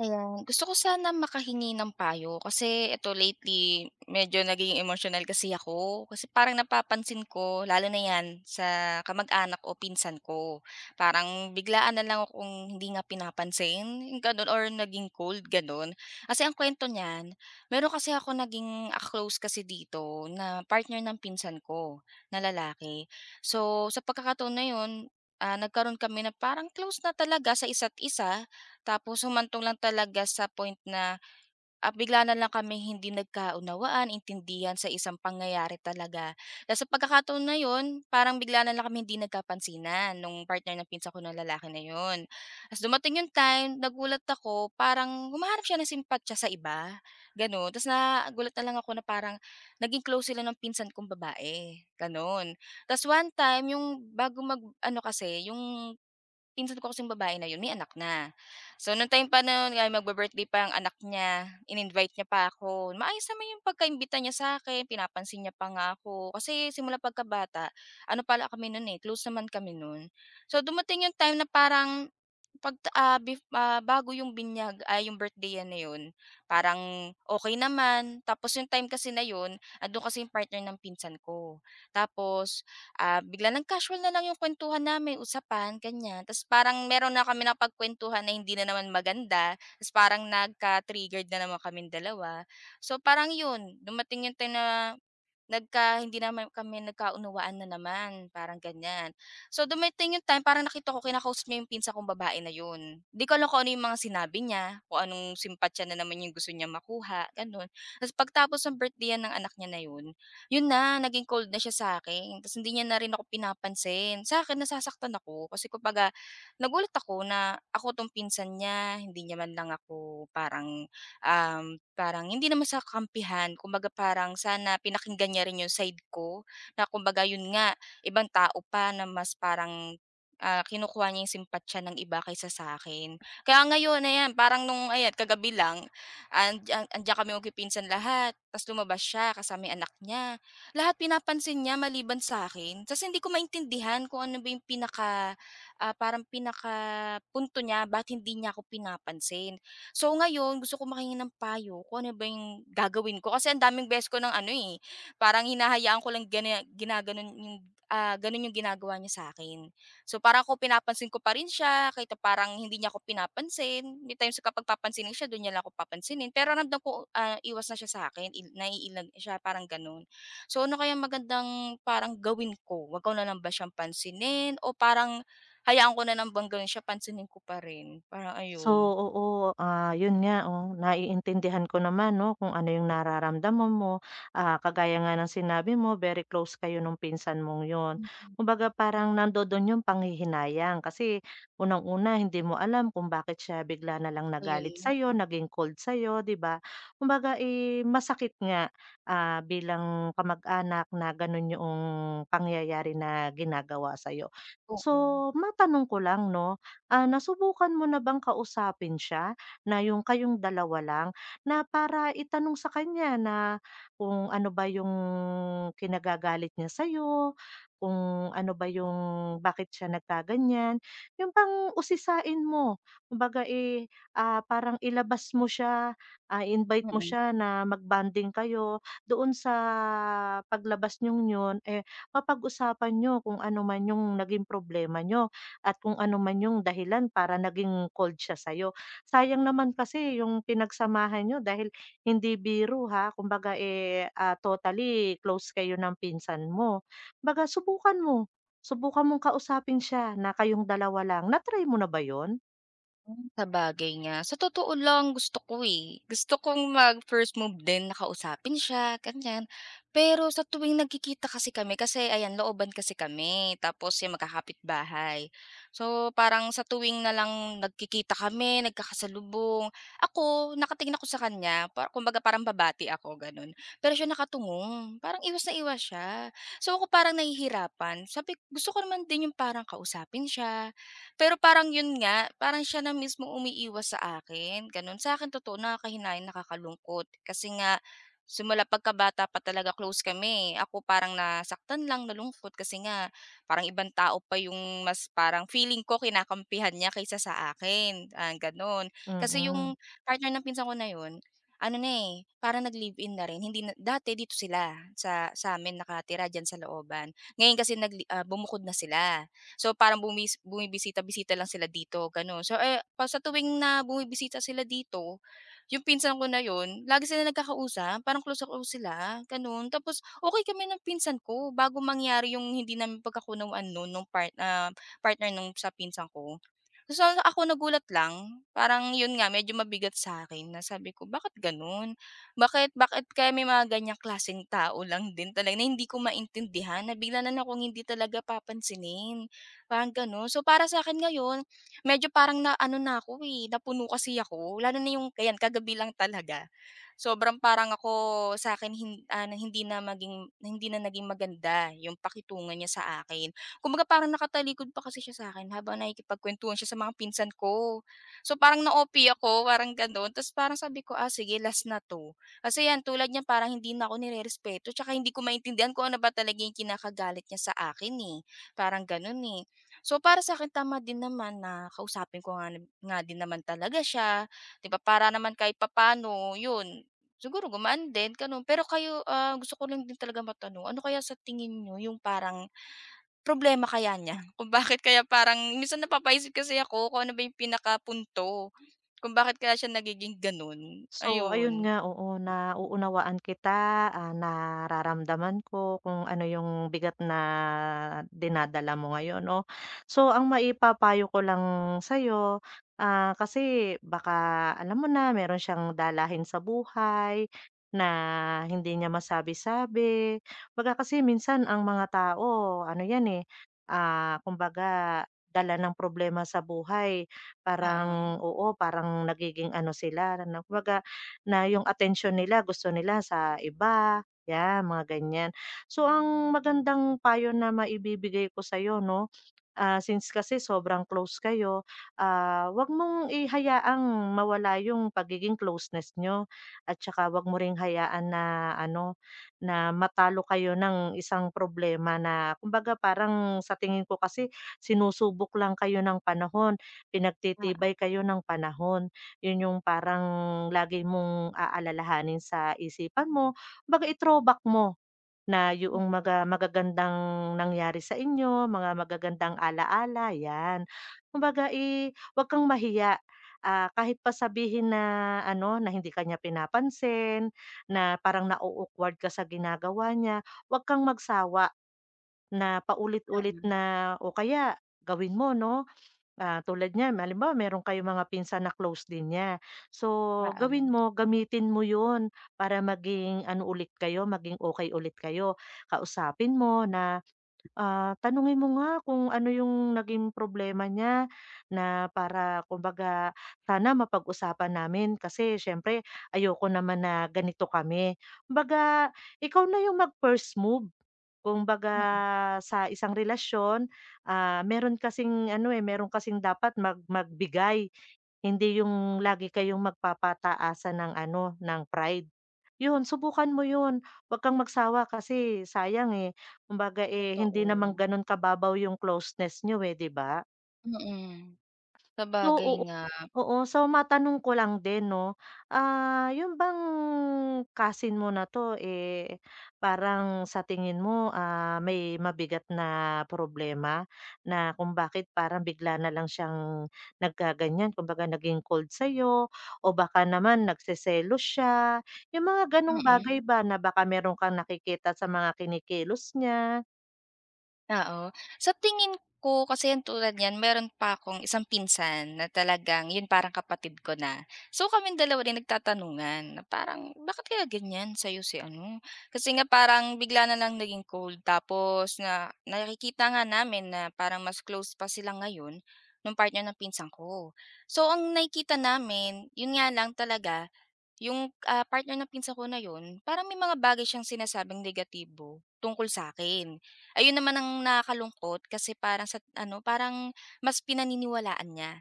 Ayan, gusto ko sana makahingi ng payo kasi eto lately medyo naging emotional kasi ako. Kasi parang napapansin ko lalo na 'yan sa kamag-anak o pinsan ko. Parang biglaan na lang akong hindi nga pinapansin, yung gano'n or naging cold, gano'n. Kasi ang kuwento niyan, meron kasi ako naging close kasi dito na partner ng pinsan ko na lalaki. So, sa pagkakataon na 'yun, nagkaroon kami na parang close na talaga sa isa't isa tapos humantong lang talaga sa point na, bigla na lang kami hindi nagkaunawaan, intindihan sa isang pangyayari talaga. Tapos sa pagkakataon na yun, parang bigla na lang kami hindi nagkapansinan nung partner ng pinsan ko na lalaki na yun. Tapos dumating yung time, nagulat ako, parang humahanap siya ng simpatya sa iba, gano'n. Tapos nagulat na lang ako na parang naging close sila ng pinsan kong babae, gano'n. Tapos one time, ano kasi, yung pinsan ko kasing babae na yun, may anak na. So, nung time pa na yun ay magbe-birthday pa ang anak niya, in-invite niya pa ako. Maayos naman yung pagkaimbita niya sa akin, pinapansin niya pa nga ako. Kasi simula pagkabata, ano pala kami nun, eh, close naman kami nun. So, dumating yung time na parang 'pag, bago yung binyag ay yung birthday-han na yun, parang okay naman. Tapos yung time kasi na yun, andun kasi yung partner ng pinsan ko. Tapos, bigla nag casual na lang yung kwentuhan namin, usapan, ganyan. Ta's parang meron na kami napagkuwentuhan na hindi na naman maganda, ta's parang nagka-triggered na naman kami dalawa. So, parang yun, dumating yung time na hindi naman kami nagkaunawaan na naman, parang ganyan. So, dumating yung time parang nakita ko kinakausap niya yung pinsan kong babae na yun. Di ko alam kung ano yung mga sinabi niya, kung anong simpatya na naman yung gusto niya makuha, ganun. Tapos pagtapos ng birthday-an ng anak niya na yun, yun na, naging cold na siya sa akin. Tapos hindi niya na rin ako pinapansin. Sa'kin nasasaktan ako kasi kumbaga nagulat ako na ako 'tong pinsan niya, hindi niya man lang ako parang, parang hindi naman sa kakampihan, kumbaga parang sana pinakinggan niya rin yung side ko na kumbaga yun nga, ibang tao pa na mas parang, kinukuha niya yung simpatya ng iba kaysa sa akin. Kaya ngayon, ayan, parang nung ayan, kagabi lang, andiyan andiyan kami magpipinsan lahat, ta's lumabas siya kasama yung anak niya. Lahat pinapansin niya maliban sa akin, ta's hindi ko maintindihan kung ano ba yung pinaka, parang pinakapunto niya ba't hindi niya ako pinapansin. So ngayon gusto ko makahingi ng payo kung ano ba yung gagawin ko kasi ang daming beses ko ng ano, eh, parang hinahayaan ko lang ginaganon yung, gano'n yung ginagawa niya sa akin. So parang ko pinapansin ko pa rin siya kahit na parang hindi niya ako pinapansin, may times sa kapag papansinin siya do'n niya lang ako papansinin pero ramdam ko, iwas na siya sa akin, naiilag siya parang gano'n. So ano kaya magandang parang gawin ko, 'wag ko na lang ba siyang pansinin o parang hayaan ko na lang bang gawin siya pansinin ko pa rin, parang So, ayun. oo, yun nga, oh, naiintindihan ko naman 'no, kung ano yung nararamdaman mo. Kagaya nga ng sinabi mo, very close kayo nung pinsan mong yun. Kumbaga parang nandodo'n yung panghihinayang kasi unang-una hindi mo alam kung bakit siya bigla na lang Ayun nagalit nga, sa'yo, eh. naging cold sa'yo, 'di ba? Kumbaga, eh, masakit nga, bilang kamag-anak na gano'n yung pangyayari na ginagawa sa'yo. Oo, So, matanong ko lang 'no. Nasubukan mo na bang kausapin siya na yung kayong dalawa lang, na para itanong sa kanya na kung ano ba yung kinagagalit niya sa'yo, kung ano ba yung bakit siya nagkaganyan, yung bang usisain mo. Kumbaga, eh, parang ilabas mo siya, invite mo mm. siya na magbanding kayo doon sa paglabas niyong yun, eh, mapag-usapan niyo kung ano man yung naging problema niyo at kung ano man yung dahilan para naging cold siya sa'yo. Sayang naman kasi yung pinagsamahan niyo dahil hindi biro, ha, kumbaga, eh, totally close kayo ng pinsan mo. Kumbaga subukan mo, subukan mong kausapin siya na kayong dalawa lang. Natry mo na ba yun? Hmm, sabagay nga. Sa totoo lang gusto ko, eh. Gusto kong mag-first move din na kausapin siya, ganyan. Pero sa tuwing nagkikita kasi kami kasi ayan, looban kasi kami tapos yan bahay. So, parang sa tuwing na lang nagkikita kami, nagkakasalubong, ako, nakatingin ako sa kanya, para kumbaga parang babati ako, ganun. Pero siya nakatungong parang iwas na iwas siya. So, ako parang nahihirapan. Sabi gusto ko naman din yung parang kausapin siya, pero parang yun nga, parang siya na mismo umiiwas sa akin, gano'n. Sa'kin totoo nakakahinayang, nakakalungkot kasi nga simula pagkabata pa talaga close kami. Ako parang nasaktan lang, nalungkot kasi nga parang ibang tao pa yung mas parang feeling ko kinakampihan niya kaysa sa akin, gano'n. Kasi Mm. yung partner ng pinsan ko na yun, ano na, eh, parang nag-live-in na rin, hindi na dati dito sila sa amin nakatira diyan sa looban. Ngayon kasi bumukod na sila. So, parang bumibisita-bisita lang sila dito, gano'n. So, eh, pa sa tuwing na bumibisita sila dito, yung pinsan ko na yun, lagi sila nagkakausap, parang close ako sila, gano'n. Tapos okay kami ng pinsan ko bago mangyari yung hindi namin pagkakunawaan no'n nung partner nung sa pinsan ko. So, ako nagulat lang, parang yun nga medyo mabigat sa'kin na sabi ko, "Bakit gano'n? Bakit bakit kaya may mga ganyang klaseng tao lang din talaga na hindi ko maintindihan, na bigla na lang akong hindi talaga papansinin." Parang gano'n. So, para sa akin ngayon, medyo parang naano na ako, eh, napuno kasi ako, lalo na yung ayan kagabi lang talaga. Sobrang parang ako sa'kin na hindi na naging maganda yung pakitungan niya sa akin. Kumbaga parang nakatalikod pa kasi siya sa'kin habang nakikipagkuwentuhan siya sa mga pinsan ko. So, parang na-OP ako, parang gano'n. Tapos parang sabi ko, "Ah, sige last na 'to." Kasi 'yan tulad niyan parang hindi na ako nirerespeto, tsaka hindi ko maintindihan kung ano ba talaga yung kinakagalit niya sa akin, eh, parang gano'n, eh. So, para sa akin tama din naman na kausapin ko nga nga din naman talaga siya, 'di ba, para naman kahit papaano yun, siguro gumaan din gano'n. Pero kayo, gusto ko lang din talaga matanong, ano kaya sa tingin niyo yung parang problema kaya niya? Kung bakit kaya parang minsan napapaisip kasi ako kung ano ba yung pinakapunto, kung bakit kaya siya nagiging gano'n, So, ayun ayun. nga, oo, nauunawaan kita, nararamdaman ko kung ano yung bigat na dinadala mo ngayon 'no. So, ang maipapayo ko lang sa'yo, kasi baka alam mo na meron siyang dalahin sa buhay na hindi niya masabi-sabi. Kumbaga kasi minsan ang mga tao ano 'yan, eh, kumbaga dala ng problema sa buhay. Oo. Parang oo, parang nagiging ano sila na kumbaga na yung attention nila gusto nila sa iba, 'yan mga ganyan. So ang magandang payo na maibibigay ko sa'yo 'no, since kasi sobrang close kayo, 'wag mong hayaang mawala yung pagiging closeness niyo at saka 'wag mo ring hayaan na ano, na matalo kayo ng isang problema na kumbaga parang sa tingin ko kasi sinusubok lang kayo ng panahon, Oo, pinagtitibay kayo ng panahon. Yun yung parang lagi mong aalalahanin sa isipan mo, kumbaga i-throwback mo na yung mm, mga magagandang nangyari sa inyo, mga magagandang ala-ala, 'yan. Kumbaga, 'wag kang mahiya, kahit pa sabihin na ano, na hindi kanya niya pinapansin, na parang na awkward ka sa ginagawa niya, 'wag kang magsawa na paulit-ulit oo, na o kaya gawin mo 'no. Tulad niya, halimbawa meron kayong mga pinsan na close din niya. So, gawin oo, mo, gamitin mo 'yun para maging ano ulit kayo, maging okay ulit kayo. Kausapin mo na, tanungin mo nga kung ano yung naging problema niya na para kumbaga sana mapag-usapan namin kasi siyempre ayoko naman na ganito kami. Kumbaga ikaw na yung mag-first move. Kumbaga mm. sa isang relasyon, meron kasing ano, eh, meron kasing dapat magbigay, hindi yung lagi kayong magpapataasan ng ano, ng pride. Yun, subukan mo yun, wag kang magsawa kasi sayang, eh. Kumbaga, eh, hindi naman Totoo. ganun kababaw yung closeness nyo, eh, 'di ba? Mm, So, sabagay oo. nga, Oo, so matanong ko lang din 'no, yung bang kasin mo na 'to, eh, parang sa tingin mo, may mabigat na problema na kung bakit parang bigla na lang siyang nagkaganyan, kumbaga naging cold sa'yo, o baka naman nagseselos siya, yung mga gano'ng mm. bagay ba na baka meron kang nakikita sa mga kinikilos niya? Oo. Sa tingin ko kasi yan tulad niyan meron pa akong isang pinsan na talagang yun parang kapatid ko na. So kami dalawa din nagtatanungan na parang, "Bakit kaya ganyan sa'yo si ano?" Kasi nga parang bigla na lang naging cold tapos na nakikita nga namin na parang mas close pa sila ngayon nung partner ng pinsan ko. So ang nakikita namin, yun nga lang talaga yung, partner ng pinsan ko na yun, parang may mga bagay siyang sinasabing negatibo tungkol sa akin. Ayun naman ang nakakalungkot kasi parang sa ano, parang mas pinaniniwalaan niya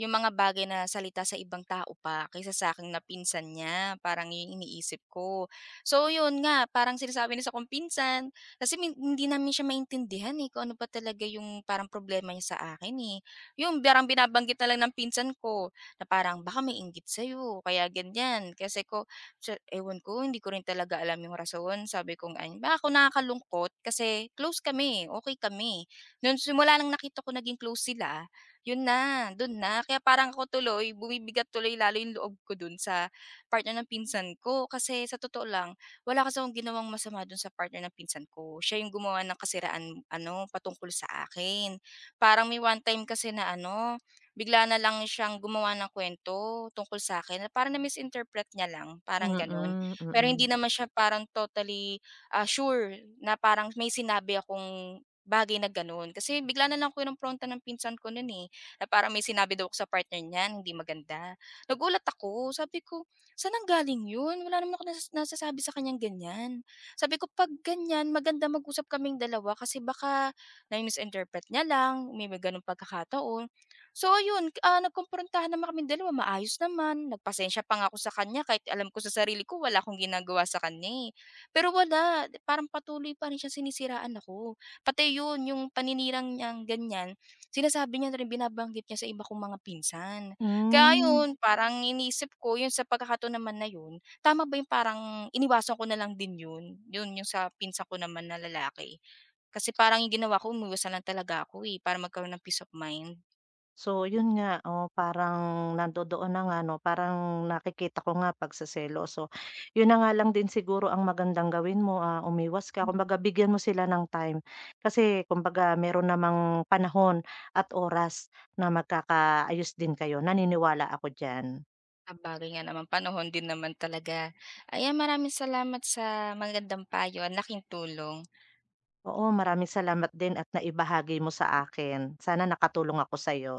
yung mga bagay na salita sa ibang tao pa kaysa sa akin na pinsan niya, parang yun yung iniisip ko. So yun nga, parang sinasabi niya sa kong pinsan kasi min hindi namin siya maintindihan, eh, kung ano ba talaga yung parang problema niya sa akin, eh. Yung parang binabanggit na lang ng pinsan ko na parang baka may inggit sa'yo kaya ganyan. Kasi ko sa ewan ko hindi ko rin talaga alam yung rason sabi kong ano baka ako nakakalungkot kasi close kami, okay kami. Noon simula ng nakita ko naging close sila, yun na, dun na. Kaya parang ako tuloy bumibigat tuloy lalo yung loob ko dun sa partner ng pinsan ko kasi sa totoo lang wala kasi akong ginawang masama do'n sa partner ng pinsan ko. Siya yung gumawa ng kasiraan ano patungkol sa akin. Parang may one time kasi na ano bigla na lang siyang gumawa ng kwento tungkol sa'kin na parang na-misinterpret niya lang, parang gano'n. Mm, Pero mm. hindi naman siya parang totally, sure na parang may sinabi akong bagay na gano'n. Kasi bigla na lang ko yung pronta ng pinsan ko no'n, eh, na parang may sinabi daw ako sa partner niya hindi maganda. Nagulat ako, sabi ko, "Saan nanggaling 'yun? Wala naman akong nasasabi sa kaniyang ganiyan." Sabi ko, "'Pag ganiyan maganda mag-usap kaming dalawa kasi baka na misinterpret niya lang, may mga gano'ng pagkakataon." So ayun, nagkumprontahan naman kaming dalawa, maayos naman, nagpasensya pa nga ako sa kanya kahit alam ko sa sarili ko wala akong ginagawa sa kanya, eh. Pero wala, parang patuloy pa rin siyang sinisiraan ako. Pati yun, yung paninirang niyang ganiyan, sinasabi niya na rin, binabanggit niya sa iba kong mga pinsan. Hmm. Kaya Hmm. yun, parang iniisip ko yun sa pagkakataon naman na yun, tama ba yung parang iniwasan ko na lang din yun, yun yung sa pinsa ko naman na lalaki. Kasi parang yung ginawa ko umiwas na lang talaga ako, eh, para magkaroon ng peace of mind. So yun nga, oh parang nandodoon na nga 'no, parang nakikita ko nga pagseselos. So yun na nga lang din siguro ang magandang gawin mo, umiwas ka kumbaga bigyan mo sila ng time. Kasi kumbaga meron namang panahon at oras na magkakaayos din kayo, naniniwala ako diyan. Sabagay nga naman, panahon din naman talaga. Ayan, maraming salamat sa magandang payo, ang laking tulong. Oo, maraming salamat din at naibahagi mo sa akin. Sana nakatulong ako sa'yo.